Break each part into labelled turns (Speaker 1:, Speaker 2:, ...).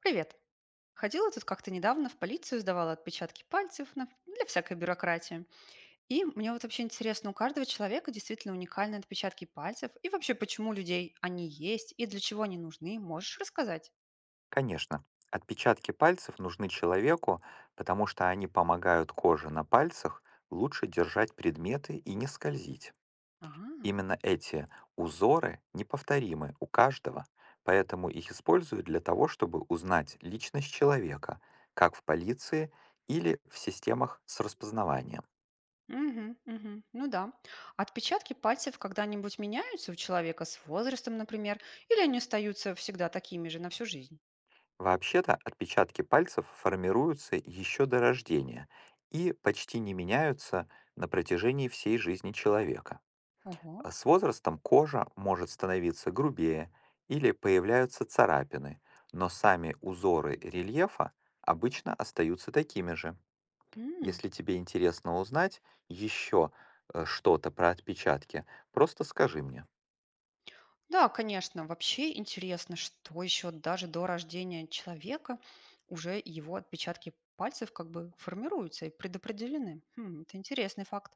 Speaker 1: Привет. Ходила тут как-то недавно в полицию, сдавала отпечатки пальцев для всякой бюрократии. И мне вот вообще интересно, у каждого человека действительно уникальные отпечатки пальцев. И вообще, почему у людей они есть и для чего они нужны, можешь рассказать?
Speaker 2: Конечно, отпечатки пальцев нужны человеку, потому что они помогают коже на пальцах лучше держать предметы и не скользить.
Speaker 1: Ага.
Speaker 2: Именно эти узоры неповторимы у каждого, поэтому их используют для того, чтобы узнать личность человека, как в полиции или в системах с распознаванием.
Speaker 1: Мгм, мгм. Ну да. Отпечатки пальцев когда-нибудь меняются у человека с возрастом, например, или они остаются всегда такими же на всю жизнь?
Speaker 2: Вообще-то отпечатки пальцев формируются еще до рождения и почти не меняются на протяжении всей жизни человека.
Speaker 1: Ого.
Speaker 2: С возрастом кожа может становиться грубее или появляются царапины, но сами узоры рельефа обычно остаются такими же.
Speaker 1: М.
Speaker 2: Если тебе интересно узнать еще что-то про отпечатки, просто скажи мне.
Speaker 1: Да, конечно. Вообще интересно, что еще даже до рождения человека уже его отпечатки пальцев как бы формируются и предопределены. Хм, это интересный факт.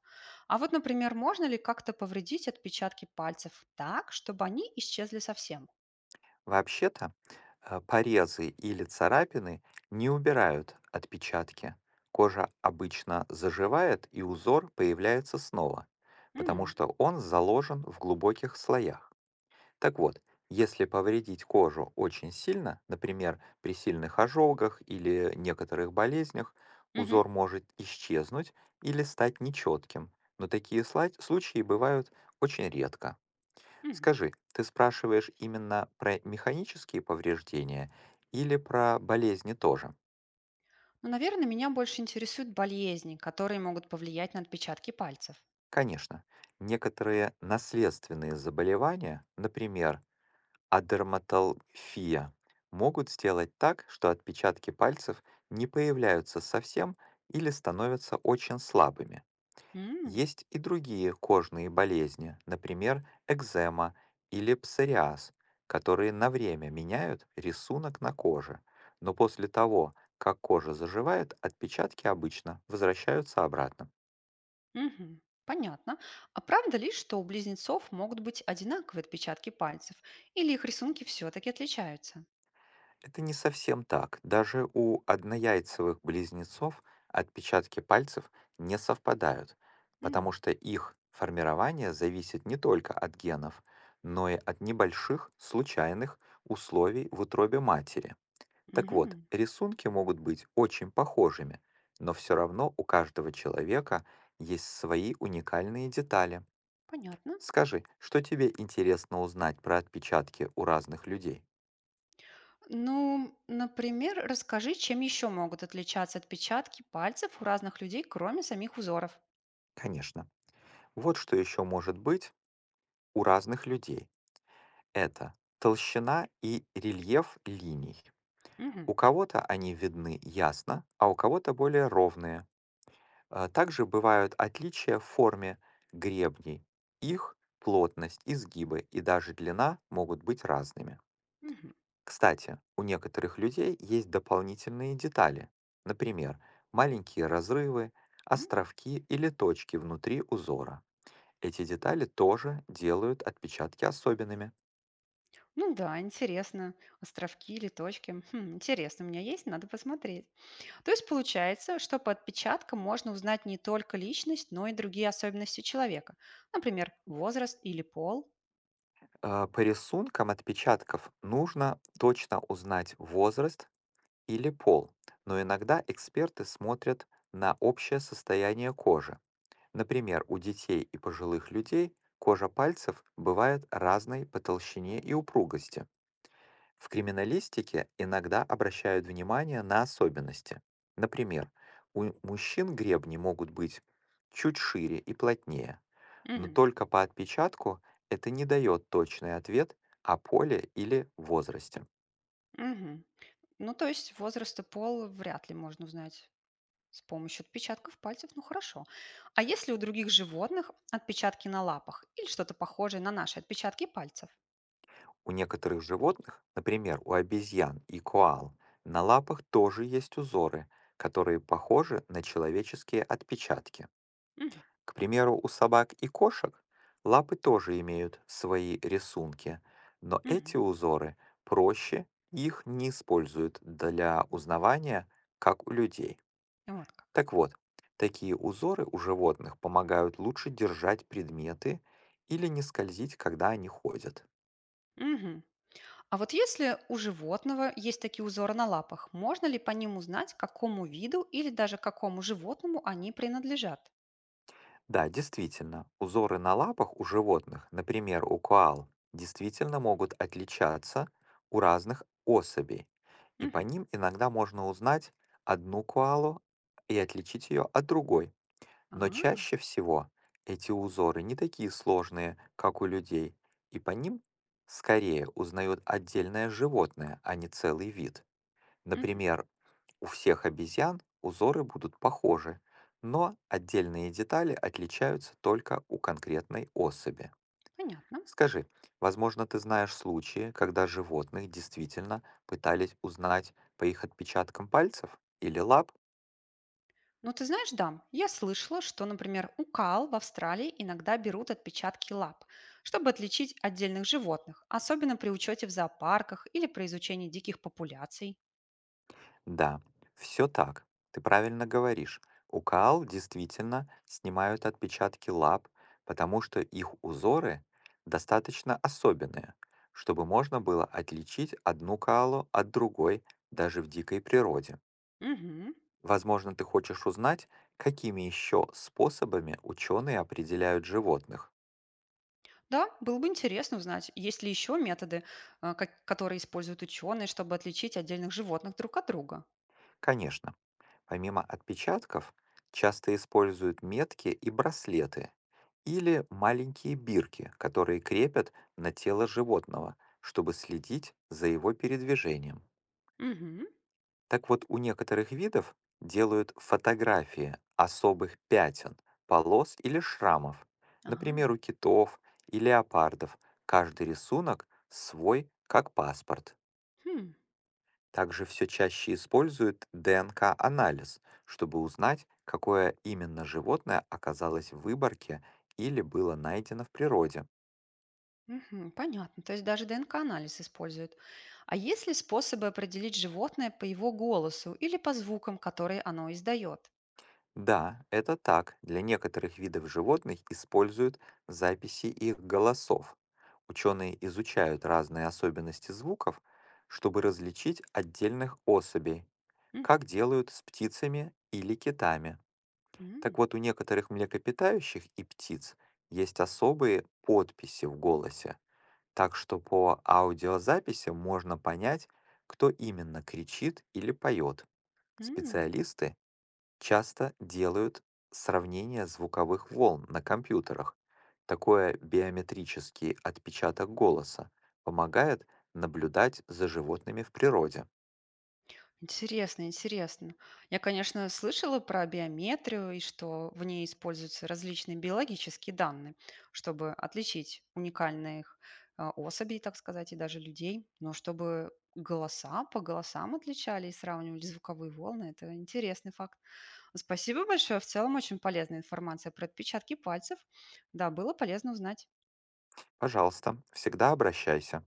Speaker 1: А вот, например, можно ли как-то повредить отпечатки пальцев так, чтобы они исчезли совсем?
Speaker 2: Вообще-то порезы или царапины не убирают отпечатки. Кожа обычно заживает и узор появляется снова, потому
Speaker 1: М,
Speaker 2: что он заложен в глубоких слоях. Так вот, если повредить кожу очень сильно, например, при сильных ожогах или некоторых болезнях,
Speaker 1: мгм,
Speaker 2: узор может исчезнуть или стать нечетким, но такие случаи бывают очень редко.
Speaker 1: м.
Speaker 2: Скажи, ты спрашиваешь именно про механические повреждения или про болезни тоже?
Speaker 1: Ну, наверное, меня больше интересуют болезни, которые могут повлиять на отпечатки пальцев.
Speaker 2: Конечно, некоторые наследственные заболевания, например, дерматолфия могут сделать так, что отпечатки пальцев не появляются совсем или становятся очень слабыми. Есть и другие кожные болезни, например, экзема или псориаз, которые на время меняют рисунок на коже, но после того, как кожа заживает, отпечатки обычно возвращаются обратно.
Speaker 1: Мгм. Понятно. А правда ли, что у близнецов могут быть одинаковые отпечатки пальцев? Или их рисунки все-таки отличаются?
Speaker 2: Это не совсем так. Даже у однояйцевых близнецов отпечатки пальцев не совпадают, потому
Speaker 1: М,
Speaker 2: что их формирование зависит не только от генов, но и от небольших случайных условий в утробе матери. Так вот,
Speaker 1: мгм.
Speaker 2: рисунки могут быть очень похожими, но все равно у каждого человека есть свои уникальные детали.
Speaker 1: Понятно.
Speaker 2: Скажи, что тебе интересно узнать про отпечатки у разных людей?
Speaker 1: Ну, например, расскажи, чем еще могут отличаться отпечатки пальцев у разных людей, кроме самих узоров.
Speaker 2: Конечно. Вот что еще может быть у разных людей, это толщина и рельеф линий.
Speaker 1: Мгм.
Speaker 2: У кого-то они видны ясно, а у кого-то более ровные. Также бывают отличия в форме гребней. Их плотность, изгибы и даже длина могут быть разными.
Speaker 1: Мгм.
Speaker 2: Кстати, у некоторых людей есть дополнительные детали. Например, маленькие разрывы,
Speaker 1: Мгм.
Speaker 2: островки или точки внутри узора. Эти детали тоже делают отпечатки особенными.
Speaker 1: Ну да, интересно. Островки или точки. Хм, интересно, у меня есть, надо посмотреть. То есть получается, что по отпечаткам можно узнать не только личность, но и другие особенности человека. Например, возраст или пол.
Speaker 2: По рисункам отпечатков нужно точно узнать возраст или пол, но иногда эксперты смотрят на общее состояние кожи. Например, у детей и пожилых людей кожа пальцев бывает разной по толщине и упругости. В криминалистике иногда обращают внимание на особенности. Например, у мужчин гребни могут быть чуть шире и плотнее, но
Speaker 1: Мгм.
Speaker 2: только по отпечатку это не дает точный ответ о поле или возрасте.
Speaker 1: Мгм. Ну, то есть возраст и пол вряд ли можно узнать с помощью отпечатков пальцев. Ну, хорошо. А если у других животных отпечатки на лапах или что-то похожее на наши отпечатки пальцев?
Speaker 2: У некоторых животных, например, у обезьян и коал, на лапах тоже есть узоры, которые похожи на человеческие отпечатки.
Speaker 1: Мгм.
Speaker 2: К примеру, у собак и кошек лапы тоже имеют свои рисунки, но
Speaker 1: Мгм.
Speaker 2: эти узоры проще, и их не используют для узнавания, как у людей.
Speaker 1: Вот как.
Speaker 2: Так вот, такие узоры у животных помогают лучше держать предметы или не скользить, когда они ходят.
Speaker 1: Мгм. А вот если у животного есть такие узоры на лапах, можно ли по ним узнать, к какому виду или даже какому животному они принадлежат?
Speaker 2: Да, действительно, узоры на лапах у животных, например, у коал, действительно могут отличаться у разных особей, и по
Speaker 1: Мгм.
Speaker 2: ним иногда можно узнать одну коалу и отличить ее от другой. Но
Speaker 1: А,
Speaker 2: чаще всего эти узоры не такие сложные, как у людей, и по ним скорее узнают отдельное животное, а не целый вид.
Speaker 1: мгм.
Speaker 2: Например, у всех обезьян узоры будут похожи, но отдельные детали отличаются только у конкретной особи.
Speaker 1: Понятно.
Speaker 2: Скажи, возможно, ты знаешь случаи, когда животных действительно пытались узнать по их отпечаткам пальцев или лап?
Speaker 1: Ну, ты знаешь, да, я слышала, что, например, у кал в Австралии иногда берут отпечатки лап, чтобы отличить отдельных животных, особенно при учете в зоопарках или при изучении диких популяций.
Speaker 2: Да, все так. Ты правильно говоришь. У коал действительно снимают отпечатки лап, потому что их узоры достаточно особенные, чтобы можно было отличить одну коалу от другой даже в дикой природе.
Speaker 1: Мгм.
Speaker 2: Возможно, ты хочешь узнать, какими еще способами ученые определяют животных.
Speaker 1: Да, было бы интересно узнать, есть ли еще методы, а, которые используют ученые, чтобы отличить отдельных животных друг от друга.
Speaker 2: Конечно, помимо отпечатков, часто используют метки и браслеты или маленькие бирки, которые крепят на тело животного, чтобы следить за его передвижением.
Speaker 1: Мгм.
Speaker 2: Так вот, у некоторых видов делают фотографии особых пятен, полос или шрамов.
Speaker 1: Ага.
Speaker 2: Например, у китов и леопардов каждый рисунок свой, как паспорт.
Speaker 1: Хм.
Speaker 2: Также все чаще используют ДНК-анализ, чтобы узнать, какое именно животное оказалось в выборке или было найдено в природе.
Speaker 1: Мгм. Понятно. То есть даже ДНК-анализ используют. А есть ли способы определить животное по его голосу или по звукам, которые оно издает?
Speaker 2: Да, это так, для некоторых видов животных используют записи их голосов. Ученые изучают разные особенности звуков, чтобы различить отдельных особей,
Speaker 1: Мгм.
Speaker 2: как делают с птицами или китами.
Speaker 1: М.
Speaker 2: Так вот, у некоторых млекопитающих и птиц есть особые подписи в голосе, так что по аудиозаписи можно понять, кто именно кричит или поет.
Speaker 1: М.
Speaker 2: Специалисты часто делают сравнение звуковых волн на компьютерах. Такое биометрический отпечаток голоса помогает наблюдать за животными в природе.
Speaker 1: Интересно, интересно. Я, конечно, слышала про биометрию и что в ней используются различные биологические данные, чтобы отличить уникальных особей, так сказать, и даже людей. Но чтобы голоса по голосам отличали и сравнивали звуковые волны, это интересный факт. Спасибо большое. В целом очень полезная информация про отпечатки пальцев. Да, было полезно узнать.
Speaker 2: Пожалуйста, всегда обращайся.